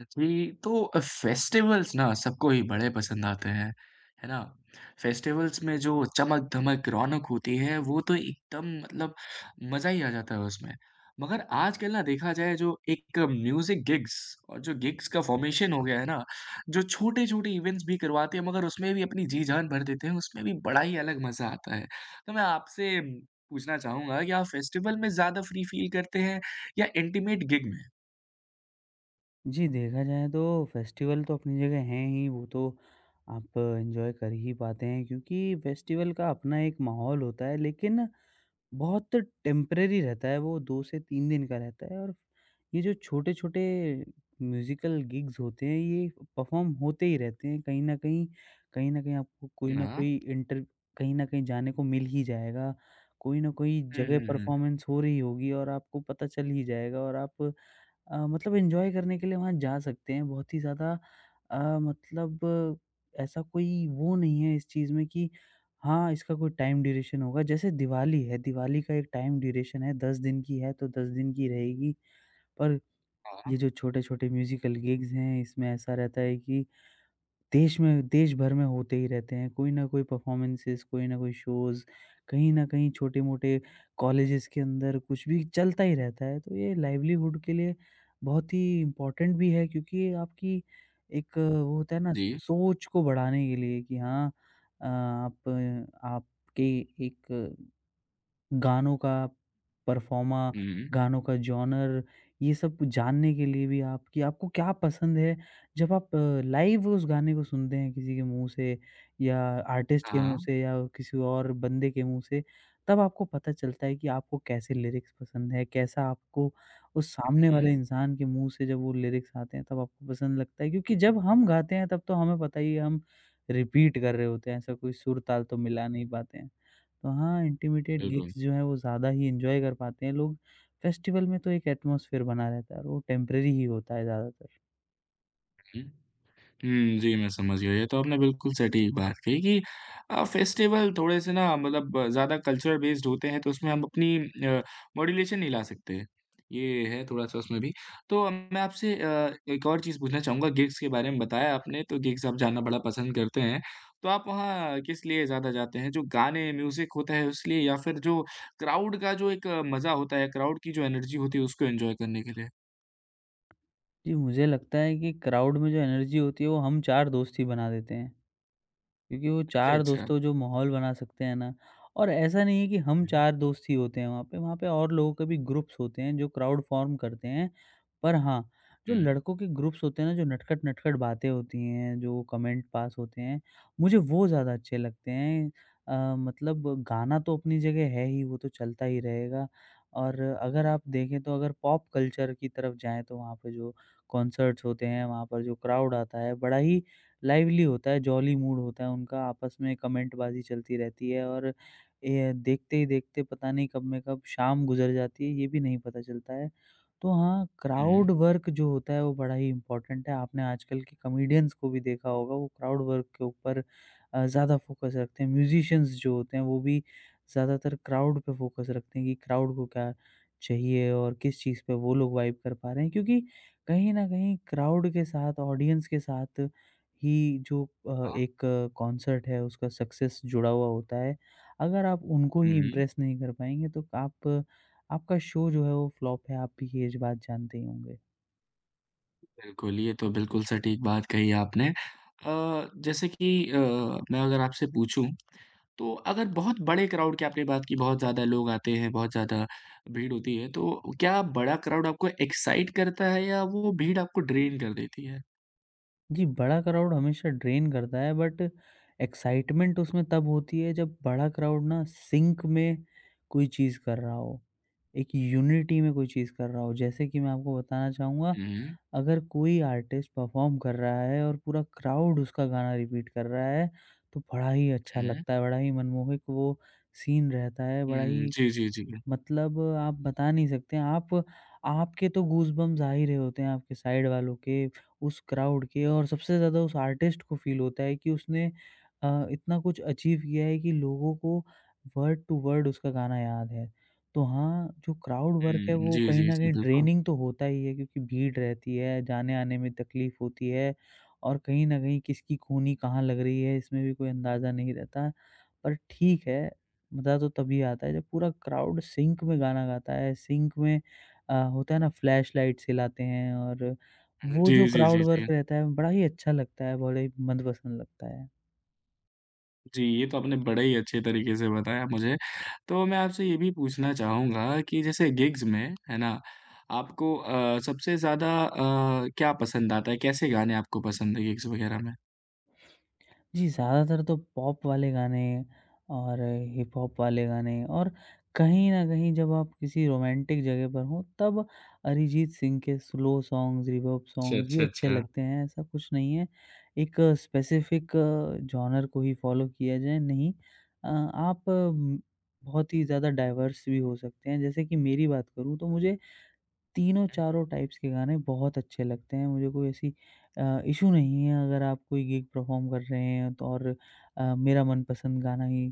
जी, तो फेस्टिवल्स ना सबको ही बड़े पसंद आते हैं, है ना? फेस्टिवल्स में जो चमक-धमक, रौनक होती है वो तो एकदम मतलब मज़ा ही आ जाता है उसमें। मगर आजकल ना देखा जाए जो एक म्यूज़िक गिग्स और जो गिग्स का फ़ॉर्मेशन हो गया है ना, जो छोटे-छोटे इवेंट्स भी करवाते हैं मगर उसमें भी अपनी जी-जान भर देते हैं, उसमें भी बड़ा ही अलग मज़ा आता है। तो मैं आपसे पूछना चाहूँगा कि आप फेस्टिवल में ज़्यादा फ्री फ़ील करते हैं या इंटीमेट गिग में? जी, देखा जाए तो फेस्टिवल तो अपनी जगह हैं ही, वो तो आप एन्जॉय कर ही पाते हैं क्योंकि फेस्टिवल का अपना एक माहौल होता है लेकिन बहुत टेम्परेरी रहता है, वो 2 से 3 दिन का रहता है। और ये जो छोटे-छोटे म्यूज़िकल गिग्स होते हैं, ये परफ़ॉर्म होते ही रहते हैं कहीं न कहीं। कहीं न कहीं आपको कोई न हाँ। कोई इंटर कहीं न कहीं जाने को मिल ही जाएगा, कोई न कोई हुँ, जगह हुँ, हुँ। परफ़ॉर्मेंस हो रही होगी और आपको पता चल ही जाएगा और आप मतलब एन्जॉय करने के लिए वहाँ जा सकते हैं। बहुत ही ज़्यादा। मतलब ऐसा कोई वो नहीं है इस चीज़ में कि हाँ, इसका कोई टाइम ड्यूरेशन होगा। जैसे दिवाली है, दिवाली का एक टाइम ड्यूरेशन है, 10 दिन की है तो 10 दिन की रहेगी। पर हाँ। ये जो छोटे-छोटे म्यूज़िकल गिग्स हैं, इसमें ऐसा रहता है कि देश भर में होते ही रहते हैं। कोई ना कोई परफ़ॉर्मेंसेस, कोई ना कोई शोज़, कहीं न कहीं छोटे-मोटे कॉलेजेस के अंदर कुछ भी चलता ही रहता है। तो ये लाइवलीहुड के लिए बहुत ही इम्पोर्टेंट भी है क्योंकि ये आपकी एक वो होता है ना जी। सोच को बढ़ाने के लिए कि हाँ, आप आपके एक गानों का परफॉर्मा, हुँ। गानों का जॉनर, ये सब जानने के लिए भी, आप कि आपको क्या पसंद है? जब आप लाइव उस गाने को सुनते हैं किसी के मुँह से या आर्टिस्ट के हाँ, मुँह हाँ। से या किसी और बंदे के मुँह से, तब आपको पता चलता है कि आपको कैसे लिरिक्स पसंद है, कैसा आपको उस सामने हुँ, वाले इंसान के मुँह से जब वो लिरिक्स आते हैं, तब आपको पसंद लगता है। क्योंकि जब हम गाते हैं, तब तो हमें पता ही है, हम रिपीट कर रहे होते हैं, ऐसा कोई सुर-ताल तो मिला नहीं पाते हैं। तो हाँ, इंटिमेटेड बिल्कुल। गिग्स जो हैं वो ज़्यादा ही एन्जॉय कर पाते हैं लोग। फेस्टिवल में तो एक एटमॉस्फेयर बना रहता है और वो टेम्परेरी ही होता है ज़्यादातर। हुँ। हुँ, जी, मैं समझ गया। ये तो आपने बिल्कुल सटीक बात कही कि फेस्टिवल थोड़े-से ना मतलब ज़्यादा कल्चर बेस्ड होते हैं, तो उसमें हम अपनी अ, मॉड्यूलेशन नहीं ला सकते। ये है थोड़ा-सा उसमें भी। तो मैं आपसे एक और चीज़ पूछना चाहूँगा, गिग्स के बारे में बताया आपने, तो गिग्स आप जाना बड़ा पसंद करते हैं। तो आप वहाँ किस लिए ज़्यादा जाते हैं? जो गाने, म्यूज़िक होता है, उस लिए या फिर जो क्राउड का जो एक मज़ा होता है, क्राउड की जो एनर्जी होती है, उसको एन्जॉय करने के लिए? जी, मुझे लगता है कि क्राउड में जो एनर्जी होती है वो हम 4 दोस्त ही बना देते हैं। क्योंकि वो अच्छा, 4 अच्छा। दोस्तों जो माहौल बना सकते हैं ना। और ऐसा नहीं है कि हम हुँ, 4 दोस्त ही होते हैं वहाँ पे, और लोगों के भी ग्रुप्स होते हैं जो क्राउड फ़ॉर्म करते हैं। पर हाँ, जो हुँ, लड़कों के ग्रुप्स होते हैं ना, जो नटखट-नटखट बातें होती हैं, जो कमेंट पास होते हैं, मुझे वो ज़्यादा अच्छे लगते हैं। मतलब गाना तो अपनी जगह है ही, वो तो चलता ही रहेगा। और अगर आप देखें तो अगर पॉप कल्चर की तरफ जाएँ तो वहाँ पे जो कॉन्सर्ट्स होते हैं, वहाँ पर जो क्राउड आता है, बड़ा ही लाइवली होता है, जॉली मूड होता है उनका, आपस में कमेंटबाज़ी चलती रहती है और ये देखते ही देखते पता नहीं कब शाम गुज़र जाती है, ये भी नहीं पता चलता है। तो हाँ, हुँ, क्राउड वर्क जो होता है वो बड़ा ही इम्पोर्टेंट है, आपने आजकल के कॉमेडियंस को भी देखा होगा वो क्राउड वर्क के ऊपर ज़्यादा फ़ोकस रखते हैं। म्यूज़िशियंस जो होते हैं वो भी ज़्यादातर क्राउड पे फ़ोकस रखते हैं कि क्राउड को क्या चाहिए और किस चीज़ पे वो लोग वाइब कर पा रहे हैं, क्योंकि कहीं न कहीं क्राउड के साथ, ऑडियंस के साथ ही जो हाँ, एक कॉन्सर्ट है उसका सक्सेस जुड़ा हुआ होता है। अगर आप उनको हुँ, ही हुँ, इम्प्रेस नहीं कर पाएँगे तो आप आपका शो जो है वो फ्लॉप है, आप भी ये ज बात जानते ही होंगे। बिल्कुल, ये तो बिल्कुल सटीक बात कही आपने। जैसे कि मैं अगर आपसे पूछूँ, तो अगर बहुत बड़े क्राउड की आपने बात की, बहुत ज़्यादा लोग आते हैं, बहुत ज़्यादा भीड़ होती है, तो क्या बड़ा क्राउड आपको एक्साइट करता है या वो भीड़ आपको ड्रेन कर देती है? जी, बड़ा क्राउड हमेशा ड्रेन करता है, बट एक्साइटमेंट उसमें तब होती है जब बड़ा क्राउड ना सिंक में कोई चीज़ कर रहा हो। एक यूनिटी में कोई चीज़ कर रहा हो। जैसे कि मैं आपको बताना चाहूँगा, हुँ, अगर कोई आर्टिस्ट परफॉर्म कर रहा है और पूरा क्राउड उसका गाना रिपीट कर रहा है, तो बड़ा ही अच्छा हुँ, लगता है, बड़ा ही मनमोहक वो सीन रहता है, बड़ा हुँ, ही जी, जी, जी। मतलब आप बता नहीं सकते। आप आपके तो गूज़बम्प्स आ ही रहे होते हैं, आपके साइड वालों के, उस क्राउड के और सबसे ज़्यादा उस आर्टिस्ट को फ़ील होता है कि उसने इतना कुछ अचीव किया है कि लोगों को वर्ड टू वर्ड उसका गाना याद है। तो हाँ, जो क्राउड वर्क है हुँ, वो जी, कहीं जी, न जी, कहीं बिल्कुल। ड्रेनिंग तो होता ही है क्योंकि भीड़ रहती है, जाने-आने में तकलीफ़ होती है और कहीं न कहीं किसकी कूहनी कहाँ लग रही है इसमें भी कोई अंदाज़ा नहीं रहता। पर ठीक है, मज़ा तो तभी आता है जब पूरा क्राउड सिंक में गाना गाता है, सिंक में होता है ना फ्लैश लाइट्स हिलाते हैं और हुँ, वो जो जी, जी, क्राउड जी, जी। वर्क रहता है बड़ा ही अच्छा लगता है, बड़ा ही मंदपसंद लगता है। जी, ये तो आपने बड़े ही अच्छे तरीके से बताया मुझे। तो मैं आपसे ये भी पूछना चाहूँगा कि जैसे गिग्स में, है ना? आपको सबसे ज़्यादा क्या पसंद आता है? कैसे गाने आपको पसंद है गिग्स वगैरह में? जी, ज़्यादातर तो पॉप वाले गाने और हिप हॉप वाले गाने और कहीं न कहीं जब आप किसी रोमांटिक जगह पर हों, तब अरिजीत सिंह के स्लो सॉन्ग्स, रिवर्ब अच्छा, सॉन्ग्स भी अच्छा, अच्छे अच्छा। लगते हैं, ऐसा कुछ नहीं है। एक स्पेसिफ़िक जॉनर को ही फॉलो किया जाए, नहीं। आप बहुत ही ज़्यादा डाइवर्स भी हो सकते हैं। जैसे कि मेरी बात करूँ तो मुझे तीनों चारों टाइप्स के गाने बहुत अच्छे लगते हैं, मुझे कोई ऐसी इश्यू नहीं है। अगर आप कोई गिग परफ़ॉर्म कर रहे हैं तो और मेरा मनपसंद गाना ही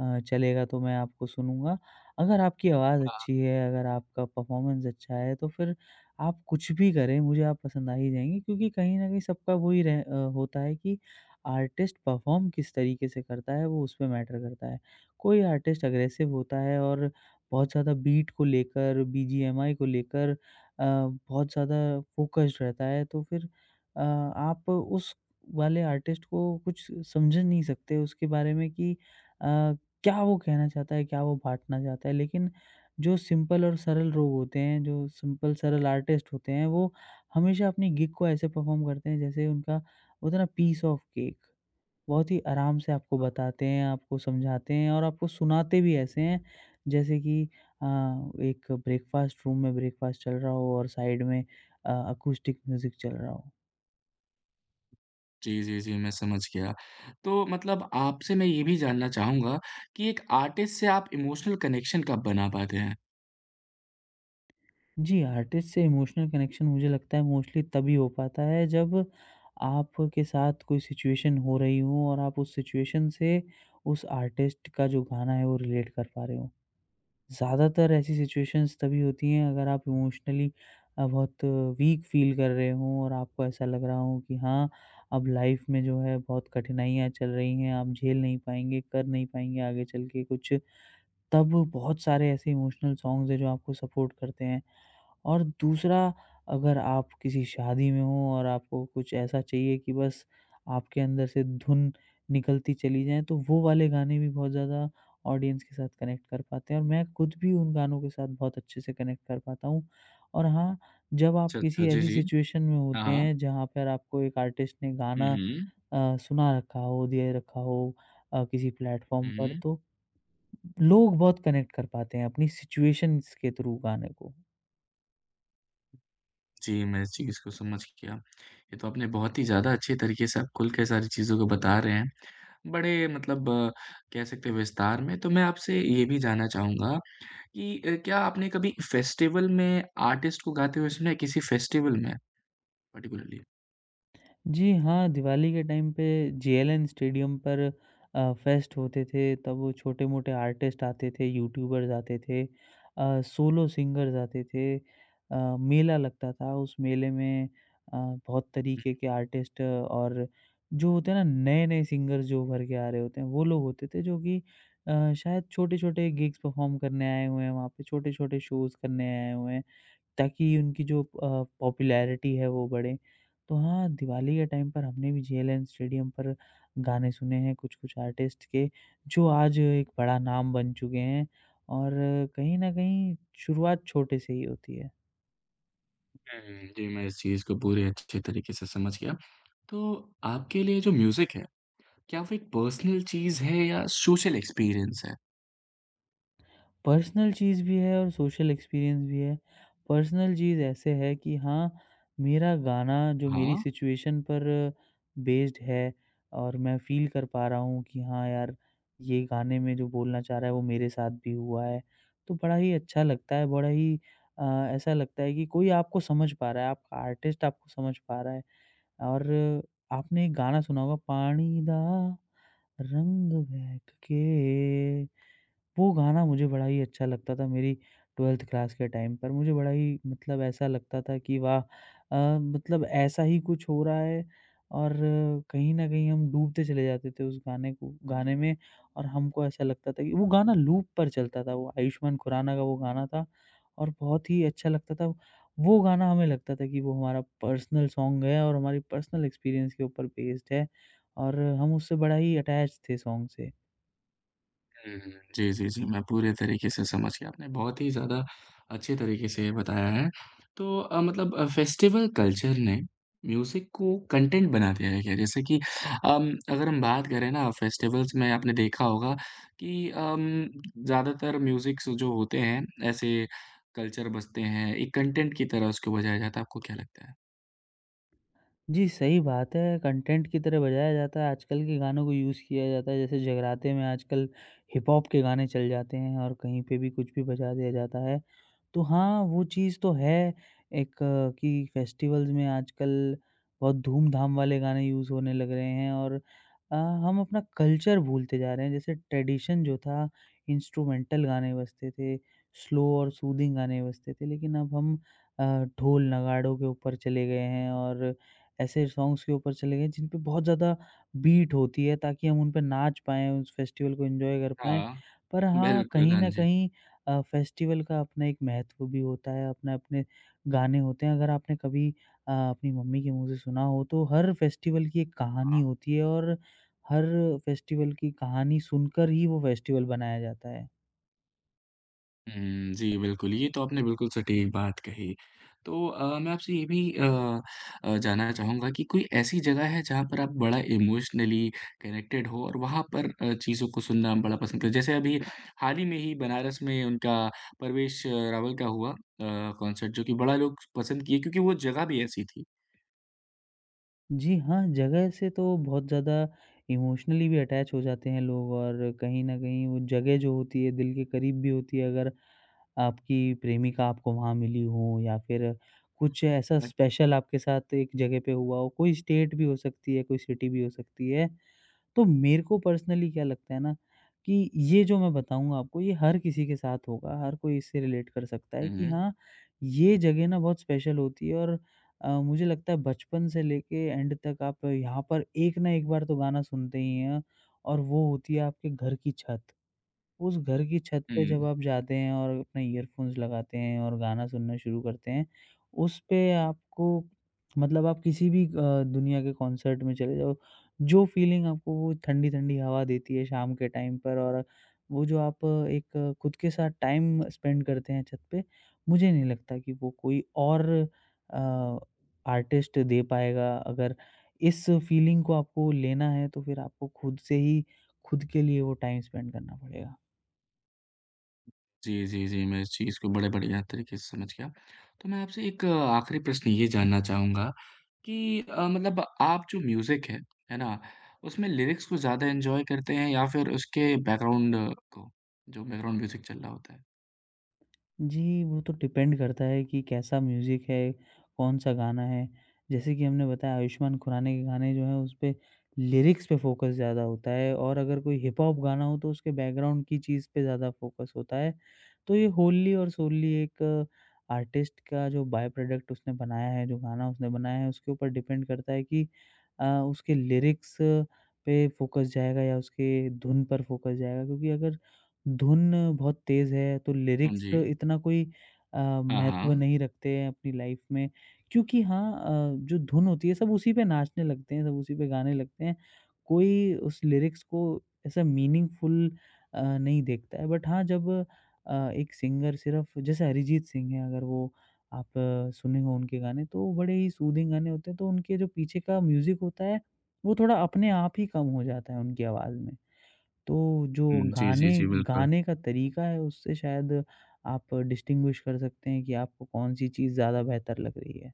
चलेगा तो मैं आपको सुनूँगा। अगर आपकी आवाज़ अच्छी है, अगर आपका परफ़ॉर्मेंस अच्छा है तो फिर आप कुछ भी करें, मुझे आप पसंद आ ही जाएँगे क्योंकि कहीं न कहीं सबका वही होता है कि आर्टिस्ट परफ़ॉर्म किस तरीके से करता है वो उसपे मैटर करता है। कोई आर्टिस्ट अग्रेसिव होता है और बहुत ज़्यादा बीट को लेकर, बीजीएमआई को लेकर अ, बहुत ज़्यादा फ़ोकस्ड रहता है तो फिर आप उस वाले आर्टिस्ट को कुछ समझ नहीं सकते उसके बारे में कि क्या वो कहना चाहता है, क्या वो बाँटना चाहता है। लेकिन जो सिंपल और सरल लोग होते हैं, जो सिंपल सरल आर्टिस्ट होते हैं, वो हमेशा अपनी गिग को ऐसे परफ़ॉर्म करते हैं जैसे उनका होता है ना पीस ऑफ केक। बहुत ही आराम से आपको बताते हैं, आपको समझाते हैं और आपको सुनाते भी ऐसे हैं, जैसे कि अ, एक ब्रेकफ़ास्ट रूम में ब्रेकफ़ास्ट चल रहा हो और साइड में अकॉस्टिक म्यूज़िक चल रहा हो। जी, जी, जी, मैं समझ गया। तो मतलब आपसे मैं ये भी जानना चाहूँगा कि एक आर्टिस्ट से आप इमोशनल कनेक्शन कब बना पाते हैं? जी, आर्टिस्ट से इमोशनल कनेक्शन मुझे लगता है मोस्टली तभी हो पाता है जब आपके साथ कोई सिचुएशन हो रही हो और आप उस सिचुएशन से उस आर्टिस्ट का जो गाना है वो रिलेट कर पा रहे हो। ज़्यादातर ऐसी सिचुएशंस तभी होती हैं अगर आप इमोशनली बहुत वीक फील कर रहे हों और आपको ऐसा लग रहा हो कि हाँ, अब लाइफ में जो है बहुत कठिनाइयाँ चल रही हैं, आप झेल नहीं पाएँगे, कर नहीं पाएँगे आगे चल के कुछ। तब बहुत सारे ऐसे इमोशनल सॉन्ग्स हैं जो आपको सपोर्ट करते हैं। और दूसरा, अगर आप किसी शादी में हो और आपको कुछ ऐसा चाहिए कि बस आपके अंदर से धुन निकलती चली जाए तो वो वाले गाने भी बहुत ज़्यादा ऑडियंस के साथ कनेक्ट कर पाते हैं और मैं खुद भी उन गानों के साथ बहुत अच्छे से कनेक्ट कर पाता हूँ। और हाँ, जब आप अच्छा, अच्छा। किसी जी, ऐसी जी। सिचुएशन में हाँ, होते हाँ। हैं जहाँ पर आपको एक आर्टिस्ट ने हुँ, गाना हुँ। सुना रखा हो, दिए रखा हो किसी प्लेटफ़ॉर्म पर हुँ। तो लोग बहुत कनेक्ट कर पाते हैं अपनी सिचुएशंस के थ्रू गाने को। जी, मैं इस चीज़ को समझ गया। ये तो आपने बहुत ही ज़्यादा अच्छे तरीके से आप खुल के सारी चीज़ों को बता रहे हैं। बड़े मतलब कह सकते हैं विस्तार में। तो मैं आपसे ये भी जानना चाहूँगा कि क्या आपने कभी फेस्टिवल में आर्टिस्ट को गाते हुए सुना है किसी फेस्टिवल में पार्टिकुलरली? जी हाँ, दिवाली के टाइम पे जेएलएन स्टेडियम पर फेस्ट होते थे, तब वो छोटे-मोटे आर्टिस्ट आते थे, यूट्यूबर्स आते थे, सोलो सिंगर्स आते थे। मेला लगता था, उस मेले में अ, बहुत तरीके के आर्टिस्ट और जो होते हैं ना, नए-नए सिंगर्स जो उभर के आ रहे होते हैं, वो लोग होते थे जो कि शायद छोटे-छोटे गिग्स परफ़ॉर्म करने आए हुए हैं, वहाँ पे छोटे-छोटे शोज़ करने आए हुए हैं। ताकि उनकी जो पॉपुलैरिटी है वो बढ़े। तो हाँ, दिवाली के टाइम पर हमने भी जेएलएन स्टेडियम पर गाने सुने हैं कुछ-कुछ आर्टिस्ट के, जो आज एक बड़ा नाम बन चुके हैं और कहीं न कहीं शुरुआत छोटे से ही होती है। हुँ, जी, मैं इस चीज़ को पूरे अच्छे तरीके से समझ गया। तो आपके लिए जो म्यूज़िक है, क्या वो एक पर्सनल चीज़ है या सोशल एक्सपीरियंस है? पर्सनल चीज़ भी है और सोशल एक्सपीरियंस भी है। पर्सनल चीज़ ऐसे है कि हाँ, मेरा गाना जो मेरी हाँ। सिचुएशन पर बेस्ड है और मैं फ़ील कर पा रहा हूँ कि हाँ यार, ये गाने में जो बोलना चाह रहा है वो मेरे साथ भी हुआ है। तो बड़ा ही अच्छा लगता है, बड़ा ही अ, ऐसा लगता है कि कोई आपको समझ पा रहा है, आपका आर्टिस्ट आपको समझ पा रहा है। और आपने एक गाना सुना होगा, पानी दा रंग महक के, वो गाना मुझे बड़ा ही अच्छा लगता था मेरी 12th क्लास के टाइम पर। मुझे बड़ा ही मतलब ऐसा लगता था कि वाह! मतलब ऐसा ही कुछ हो रहा है और कहीं न कहीं हम डूबते चले जाते थे उस गाने को गाने में। और हमको ऐसा लगता था कि वो गाना लूप पर चलता था, वो आयुष्मान खुराना का वो गाना था और बहुत ही अच्छा लगता था। वो गाना हमें लगता था कि वो हमारा पर्सनल सॉन्ग है और हमारी पर्सनल एक्सपीरियंस के ऊपर बेस्ड है और हम उससे बड़ा ही अटैच थे सॉन्ग से। हुँ, हुँ। जी, जी, जी, मैं पूरे तरीके से समझ गया, आपने बहुत ही ज़्यादा अच्छे तरीके से बताया है। तो मतलब फेस्टिवल कल्चर ने म्यूज़िक को कंटेंट बना दिया है क्या? जैसे कि अगर हम बात करें ना फेस्टिवल्स में आपने देखा होगा कि ज़्यादातर म्यूज़िक्स जो होते हैं, ऐसे कल्चर बसते हैं, एक कंटेंट की तरह उसको बजाया जाता है, आपको क्या लगता है? जी, सही बात है। कंटेंट की तरह बजाया जाता है, आजकल के गानों को यूज़ किया जाता है। जैसे जगराते में आजकल हिप-हॉप के गाने चल जाते हैं और कहीं पे भी कुछ भी बजा दिया जाता है। तो हाँ, वो चीज़ तो है एक कि फेस्टिवल्स में आजकल बहुत धूम-धाम वाले गाने यूज़ होने लग रहे हैं और हम अपना कल्चर भूलते जा रहे हैं। जैसे ट्रेडिशन जो था, इंस्ट्रूमेंटल गाने बजते थे, स्लो और सूदिंग गाने बजते थे, लेकिन अब हम अ, ढोल-नगाड़ों के ऊपर चले गए हैं और ऐसे सॉन्ग्स के ऊपर चले गए जिन पे बहुत ज़्यादा बीट होती है, ताकि हम उन पे नाच पाएँ, उस फेस्टिवल को एन्जॉय कर पाएँ। हाँ, पर हाँ, बिल्कुल, कहीं हाँ न जी। कहीं फेस्टिवल का अपना एक महत्व भी होता है, अपने अपने गाने होते हैं। अगर आपने कभी अपनी मम्मी के मुँह से सुना हो तो हर फेस्टिवल की एक कहानी होती है और हर फेस्टिवल की कहानी सुनकर ही वो फेस्टिवल बनाया जाता है। हुँ, जी, बिल्कुल, ये तो आपने बिल्कुल सटीक बात कही। तो मैं आपसे ये भी जानना चाहूँगा कि कोई ऐसी जगह है जहाँ पर आप बड़ा इमोशनली कनेक्टेड हो और वहाँ पर चीज़ों को सुनना आप बड़ा पसंद करें? जैसे अभी हाल ही में ही बनारस में उनका परवेश रावल का हुआ कॉन्सर्ट जो कि बड़ा लोग पसंद किए क्योंकि वो जगह भी ऐसी थी। जी हाँ, जगह से तो बहुत ज़्यादा इमोशनली भी अटैच हो जाते हैं लोग, और कहीं न कहीं वो जगह जो होती है दिल के करीब भी होती है, अगर आपकी प्रेमिका आपको वहाँ मिली हो या फिर कुछ ऐसा अ स्पेशल आपके साथ एक जगह पे हुआ हो। कोई स्टेट भी हो सकती है, कोई सिटी भी हो सकती है। तो मेरे को पर्सनली क्या लगता है ना, कि ये जो मैं बताऊँगा आपको ये हर किसी के साथ होगा, हर कोई इससे रिलेट कर सकता है हुँ, कि हुँ। हाँ, ये जगह ना बहुत स्पेशल होती है। और मुझे लगता है बचपन से लेके एंड तक आप यहाँ पर एक ना एक बार तो गाना सुनते ही हैं, और वो होती है आपके घर की छत। उस घर की छत पे जब हुँ। आप जाते हैं और अपने ईयरफ़ोन्स लगाते हैं और गाना सुनना शुरू करते हैं, उस पे आपको मतलब आप किसी भी दुनिया के कॉन्सर्ट में चले जाओ, जो फ़ीलिंग आपको वो ठंडी-ठंडी हवा देती है शाम के टाइम पर और वो जो आप एक खुद के साथ टाइम स्पेंड करते हैं छत पे, मुझे नहीं लगता कि वो कोई और अ, आर्टिस्ट दे पाएगा। अगर इस फ़ीलिंग को आपको लेना है, तो फिर आपको खुद से ही खुद के लिए वो टाइम स्पेंड करना पड़ेगा। जी, जी, जी। मैं इस चीज़ को बड़े बढ़िया तरीके से समझ गया। तो मैं आपसे एक आखिरी प्रश्न ये जानना चाहूँगा कि मतलब आप जो म्यूज़िक है ना? उसमें लिरिक्स को ज़्यादा एन्जॉय करते हैं या फिर उसके बैकग्राउंड को, जो बैकग्राउंड म्यूज़िक चल रहा होता है? जी, वो तो डिपेंड करता है कि कैसा म्यूज़िक है, कौन-सा गाना है। जैसे कि हमने बताया आयुष्मान खुराना के गाने जो हैं उसपे लिरिक्स पे फ़ोकस ज़्यादा होता है, और अगर कोई हिप हॉप गाना हो तो उसके बैकग्राउंड की चीज़ पे ज़्यादा फ़ोकस होता है। तो ये होल्ली और सोल्ली एक आर्टिस्ट का जो बाय प्रोडक्ट उसने बनाया है, जो गाना उसने बनाया है उसके ऊपर डिपेंड करता है कि अ, उसके लिरिक्स पे फ़ोकस जाएगा या उसके धुन पर फ़ोकस जाएगा। क्योंकि अगर धुन बहुत तेज़ है, तो हाँ लिरिक्स जी। इतना कोई अ, हाँ, महत्व हाँ। नहीं रखते हैं अपनी लाइफ में, क्योंकि हाँ, जो धुन होती है सब उसी पे नाचने लगते हैं, सब उसी पे गाने लगते हैं। कोई उस लिरिक्स को ऐसा मीनिंगफुल नहीं देखता है। बट हाँ, जब एक सिंगर सिर्फ़, जैसे अरिजीत सिंह हैं, अगर वो आप सुने हो उनके गाने तो बड़े ही सूदिंग गाने होते हैं, तो उनके जो पीछे का म्यूज़िक होता है, वो थोड़ा अपने आप ही कम हो जाता है उनकी आवाज़ में। तो जो हुँ, जी, जी, गाने जी, बिल्कुल। गाने का तरीका है उससे शायद आप डिस्टिंग्विश कर सकते हैं कि आपको कौन-सी चीज़ ज़्यादा बेहतर लग रही है।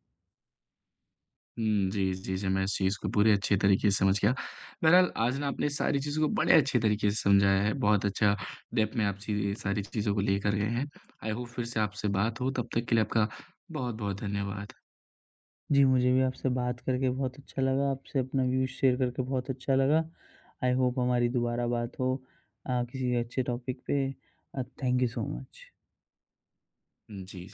हुँ, जी, जी, जी, मैं इस चीज़ को पूरे अच्छे तरीके से समझ गया। बहरहाल, आज ना आपने सारी चीज़ों को बड़े अच्छे तरीके से समझाया है, बहुत अच्छा डेप्थ में आप ची सारी चीज़ों को लेकर गए हैं। आई होप फिर से आपसे बात हो, तब तक के लिए आपका बहुत-बहुत धन्यवाद। जी, मुझे भी आपसे बात करके बहुत अच्छा लगा, आपसे अपना व्यूज़ शेयर करके बहुत अच्छा लगा। आई होप हमारी दोबारा बात हो किसी अच्छे टॉपिक पे। Thank you so much. Ji.